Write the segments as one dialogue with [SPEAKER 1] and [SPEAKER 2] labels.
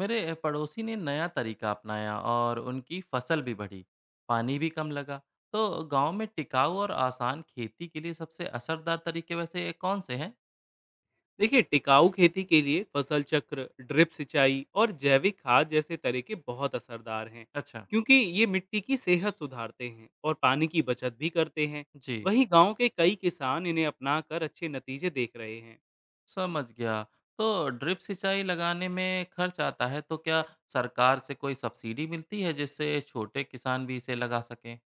[SPEAKER 1] मेरे पड़ोसी ने नया तरीका अपनाया और उनकी फसल भी बढ़ी। पानी भी कम लगा। तो गांव में टिकाऊ और आसान खेती के लिए सबसे असरदार तरीके वैसे कौन से हैं?
[SPEAKER 2] देखिए, टिकाऊ खेती के लिए फसल चक्र, ड्रिप सिंचाई और जैविक खाद जैसे तरीके बहुत असरदार हैं।
[SPEAKER 1] अच्छा।
[SPEAKER 2] क्योंकि ये मिट्टी की सेहत सुधारते हैं और पानी की बचत भी करते हैं।
[SPEAKER 1] जी।
[SPEAKER 2] वहीं गांव के कई किसान इन्हें अपनाकर अच्छे नतीजे देख रहे हैं।
[SPEAKER 1] समझ गया। तो ड्रिप सिंचाई लगाने में खर्च आता है, तो क्या सरकार से कोई सब्सिडी मिलती है जिससे छोटे किसान भी इसे लगा सकें?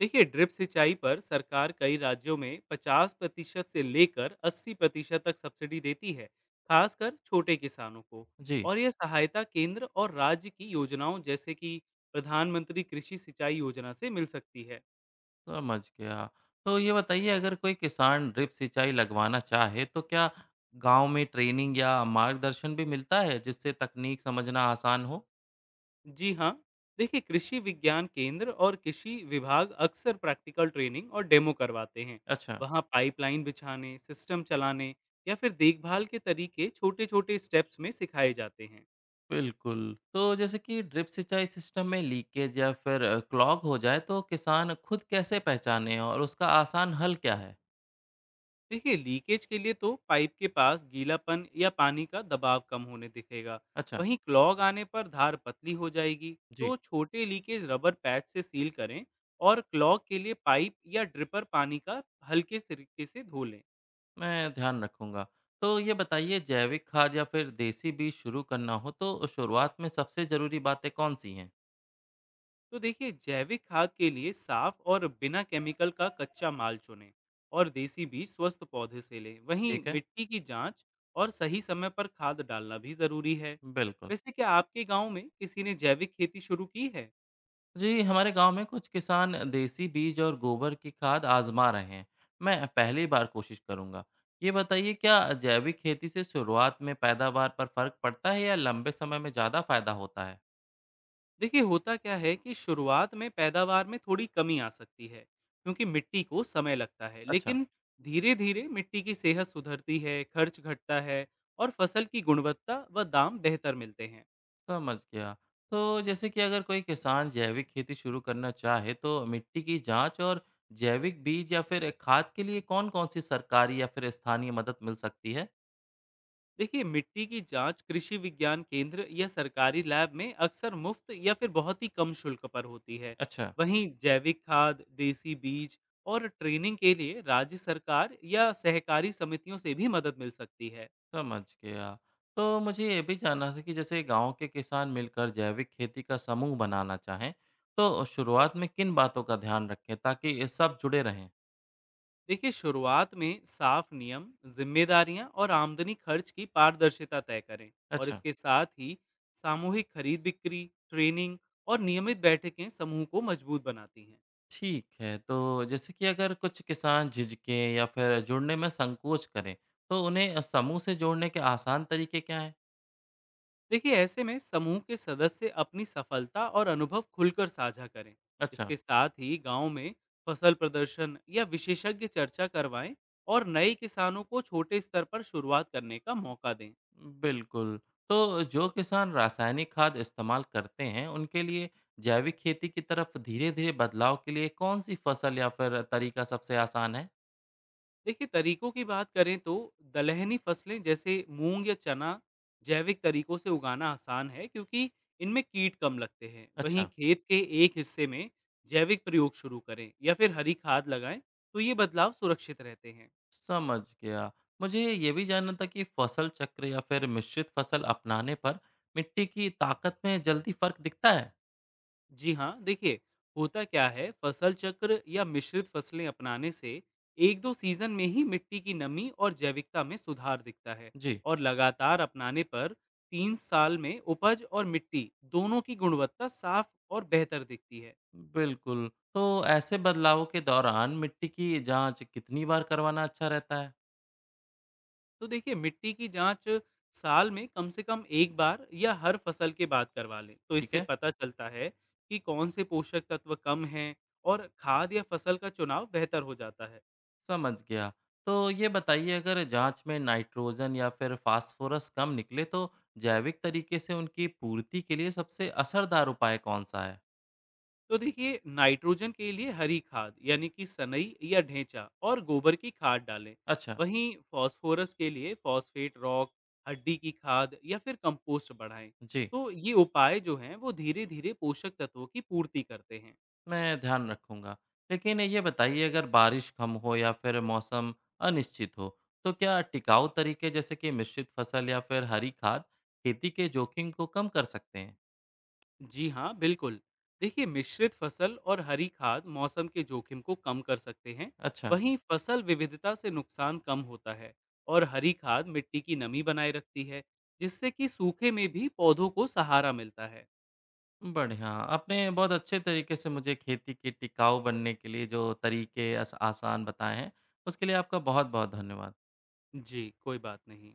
[SPEAKER 2] देखिए, ड्रिप सिंचाई पर सरकार कई राज्यों में 50% से लेकर 80% तक सब्सिडी देती है, खासकर छोटे किसानों को।
[SPEAKER 1] जी।
[SPEAKER 2] और यह सहायता केंद्र और राज्य की योजनाओं, जैसे कि प्रधानमंत्री कृषि सिंचाई योजना से मिल सकती है।
[SPEAKER 1] समझ गया। तो ये बताइए, अगर कोई किसान ड्रिप सिंचाई लगवाना चाहे तो क्या गाँव में ट्रेनिंग या मार्गदर्शन भी मिलता है जिससे तकनीक समझना आसान हो?
[SPEAKER 2] जी हाँ, देखिए, कृषि विज्ञान केंद्र और कृषि विभाग अक्सर प्रैक्टिकल ट्रेनिंग और डेमो करवाते हैं।
[SPEAKER 1] अच्छा।
[SPEAKER 2] वहाँ पाइपलाइन बिछाने, सिस्टम चलाने या फिर देखभाल के तरीके छोटे छोटे स्टेप्स में सिखाए जाते हैं।
[SPEAKER 1] बिल्कुल। तो जैसे कि ड्रिप सिंचाई सिस्टम में लीकेज या फिर क्लॉग हो जाए तो किसान खुद कैसे पहचाने और उसका आसान हल क्या है?
[SPEAKER 2] देखिए, लीकेज के लिए तो पाइप के पास गीलापन या पानी का दबाव कम होने दिखेगा।
[SPEAKER 1] अच्छा।
[SPEAKER 2] वहीं क्लॉग आने पर धार पतली हो जाएगी, तो
[SPEAKER 1] जी।
[SPEAKER 2] छोटे लीकेज रबर पैच से सील करें। और क्लॉग के लिए पाइप या ड्रिपर पानी का हल्के तरीके से धो लें।
[SPEAKER 1] मैं ध्यान रखूंगा। तो ये बताइए, जैविक खाद या फिर देसी बीज शुरू करना हो तो शुरुआत में सबसे जरूरी बातें कौन सी हैं?
[SPEAKER 2] तो देखिए, जैविक खाद के लिए साफ और बिना केमिकल का कच्चा माल चुनें, और देसी बीज स्वस्थ पौधे से लें। वहीं
[SPEAKER 1] ठीक है।
[SPEAKER 2] मिट्टी की जांच और सही समय पर खाद डालना भी जरूरी है।
[SPEAKER 1] बिल्कुल।
[SPEAKER 2] वैसे क्या आपके गांव में किसी ने जैविक खेती शुरू की है?
[SPEAKER 1] जी हमारे गांव में कुछ किसान देसी बीज और गोबर की खाद आजमा रहे हैं। मैं पहली बार कोशिश करूंगा। ये बताइए, क्या जैविक खेती से शुरुआत में पैदावार पर फर्क पड़ता है या लंबे समय में ज़्यादा फायदा होता है?
[SPEAKER 2] देखिए, होता क्या है कि शुरुआत में पैदावार में थोड़ी कमी आ सकती है, क्योंकि मिट्टी को समय लगता है।
[SPEAKER 1] अच्छा।
[SPEAKER 2] लेकिन धीरे धीरे मिट्टी की सेहत सुधरती है, खर्च घटता है, और फसल की गुणवत्ता व दाम बेहतर मिलते हैं।
[SPEAKER 1] समझ गया। तो जैसे कि अगर कोई किसान जैविक खेती शुरू करना चाहे तो मिट्टी की जांच और जैविक बीज या फिर खाद के लिए कौन-कौन सी सरकारी या फिर स्थानीय मदद मिल सकती है?
[SPEAKER 2] देखिए, मिट्टी की जांच कृषि विज्ञान केंद्र या सरकारी लैब में अक्सर मुफ्त या फिर बहुत ही कम शुल्क पर होती है।
[SPEAKER 1] अच्छा।
[SPEAKER 2] वहीं जैविक खाद, देसी बीज और ट्रेनिंग के लिए राज्य सरकार या सहकारी समितियों से भी मदद मिल सकती है।
[SPEAKER 1] समझ गया। तो मुझे ये भी जानना था कि जैसे गाँव के किसान मिलकर जैविक खेती का समूह बनाना चाहें, तो शुरुआत में किन बातों का ध्यान रखें ताकि ये सब जुड़े रहें?
[SPEAKER 2] देखिए, शुरुआत में साफ नियम, जिम्मेदारियां और आमदनी खर्च की पारदर्शिता तय करें। और
[SPEAKER 1] अच्छा।
[SPEAKER 2] इसके साथ ही सामूहिक खरीद बिक्री, ट्रेनिंग और नियमित बैठकें समूह को मजबूत बनाती हैं।
[SPEAKER 1] ठीक है। तो जैसे कि अगर कुछ किसान झिझकें या फिर जुड़ने में संकोच करें, तो उन्हें समूह से जोड़ने के आसान तरीके क्या हैं?
[SPEAKER 2] देखिए, ऐसे में समूह के सदस्य अपनी सफलता और अनुभव खुलकर साझा करें।
[SPEAKER 1] अच्छा।
[SPEAKER 2] इसके साथ ही गांव में फसल प्रदर्शन या विशेषज्ञ चर्चा करवाएं, और नए किसानों को छोटे स्तर पर शुरुआत करने का मौका दें।
[SPEAKER 1] बिल्कुल। तो जो किसान रासायनिक खाद इस्तेमाल करते हैं, उनके लिए जैविक खेती की तरफ धीरे-धीरे बदलाव के लिए कौन-सी फसल या फिर तरीका सबसे आसान है?
[SPEAKER 2] देखिए, तरीकों की बात करें तो दलहनी फसलें जैसे मूंग या चना जैविक तरीकों से उगाना आसान है, क्योंकि इनमें कीट कम लगते हैं। वहीं
[SPEAKER 1] अच्छा।
[SPEAKER 2] खेत के एक हिस्से में जैविक प्रयोग शुरू करें या फिर हरी खाद लगाएं, तो ये बदलाव सुरक्षित रहते हैं।
[SPEAKER 1] समझ गया। मुझे ये भी जानना था कि फसल चक्र या फिर मिश्रित फसल अपनाने पर मिट्टी की ताकत में जल्दी फ़र्क दिखता है?
[SPEAKER 2] जी हाँ, देखिए, होता क्या है, फसल चक्र या मिश्रित फसलें अपनाने से एक दो सीजन में ही मिट्टी की नमी और जैविकता में सुधार दिखता है।
[SPEAKER 1] जी।
[SPEAKER 2] और लगातार अपनाने पर 3 साल में उपज और मिट्टी दोनों की गुणवत्ता साफ और बेहतर दिखती है।
[SPEAKER 1] बिल्कुल। तो ऐसे बदलावों के दौरान मिट्टी की जाँच कितनी बार करवाना अच्छा रहता है?
[SPEAKER 2] तो देखिए, मिट्टी की जांच साल में कम से कम एक बार या हर फसल के बाद करवा लें, तो
[SPEAKER 1] ठीक
[SPEAKER 2] इससे
[SPEAKER 1] है।
[SPEAKER 2] पता चलता है कि कौन से पोषक तत्व कम हैं, और खाद या फसल का चुनाव बेहतर हो जाता है।
[SPEAKER 1] समझ गया। तो ये बताइए, अगर जाँच में नाइट्रोजन या फिर फ़ॉस्फ़ोरस कम निकले तो जैविक तरीके से उनकी पूर्ति के लिए सबसे असरदार उपाय कौन-सा है?
[SPEAKER 2] तो देखिए, नाइट्रोजन के लिए हरी खाद यानी कि सनई या ढेंचा और गोबर की खाद डालें।
[SPEAKER 1] अच्छा।
[SPEAKER 2] वहीं फास्फोरस के लिए फॉस्फेट रॉक, हड्डी की खाद या फिर कंपोस्ट बढ़ाएं।
[SPEAKER 1] जी।
[SPEAKER 2] तो ये उपाय जो हैं वो धीरे धीरे पोषक तत्वों की पूर्ति करते हैं।
[SPEAKER 1] मैं ध्यान रखूँगा। लेकिन ये बताइए, अगर बारिश कम हो या फिर मौसम अनिश्चित हो, तो क्या टिकाऊ तरीके जैसे कि मिश्रित फसल या फिर हरी खाद खेती के जोखिम को कम कर सकते हैं?
[SPEAKER 2] जी हाँ, बिल्कुल। देखिए, मिश्रित फसल और हरी खाद मौसम के जोखिम को कम कर सकते हैं।
[SPEAKER 1] अच्छा।
[SPEAKER 2] वहीं फसल विविधता से नुकसान कम होता है, और हरी खाद मिट्टी की नमी बनाए रखती है, जिससे कि सूखे में भी पौधों को सहारा मिलता है।
[SPEAKER 1] बढ़िया। आपने बहुत अच्छे तरीके से मुझे खेती के टिकाऊ बनने के लिए जो तरीके अस आसान बताए हैं, उसके लिए आपका बहुत-बहुत धन्यवाद।
[SPEAKER 2] जी, कोई बात नहीं।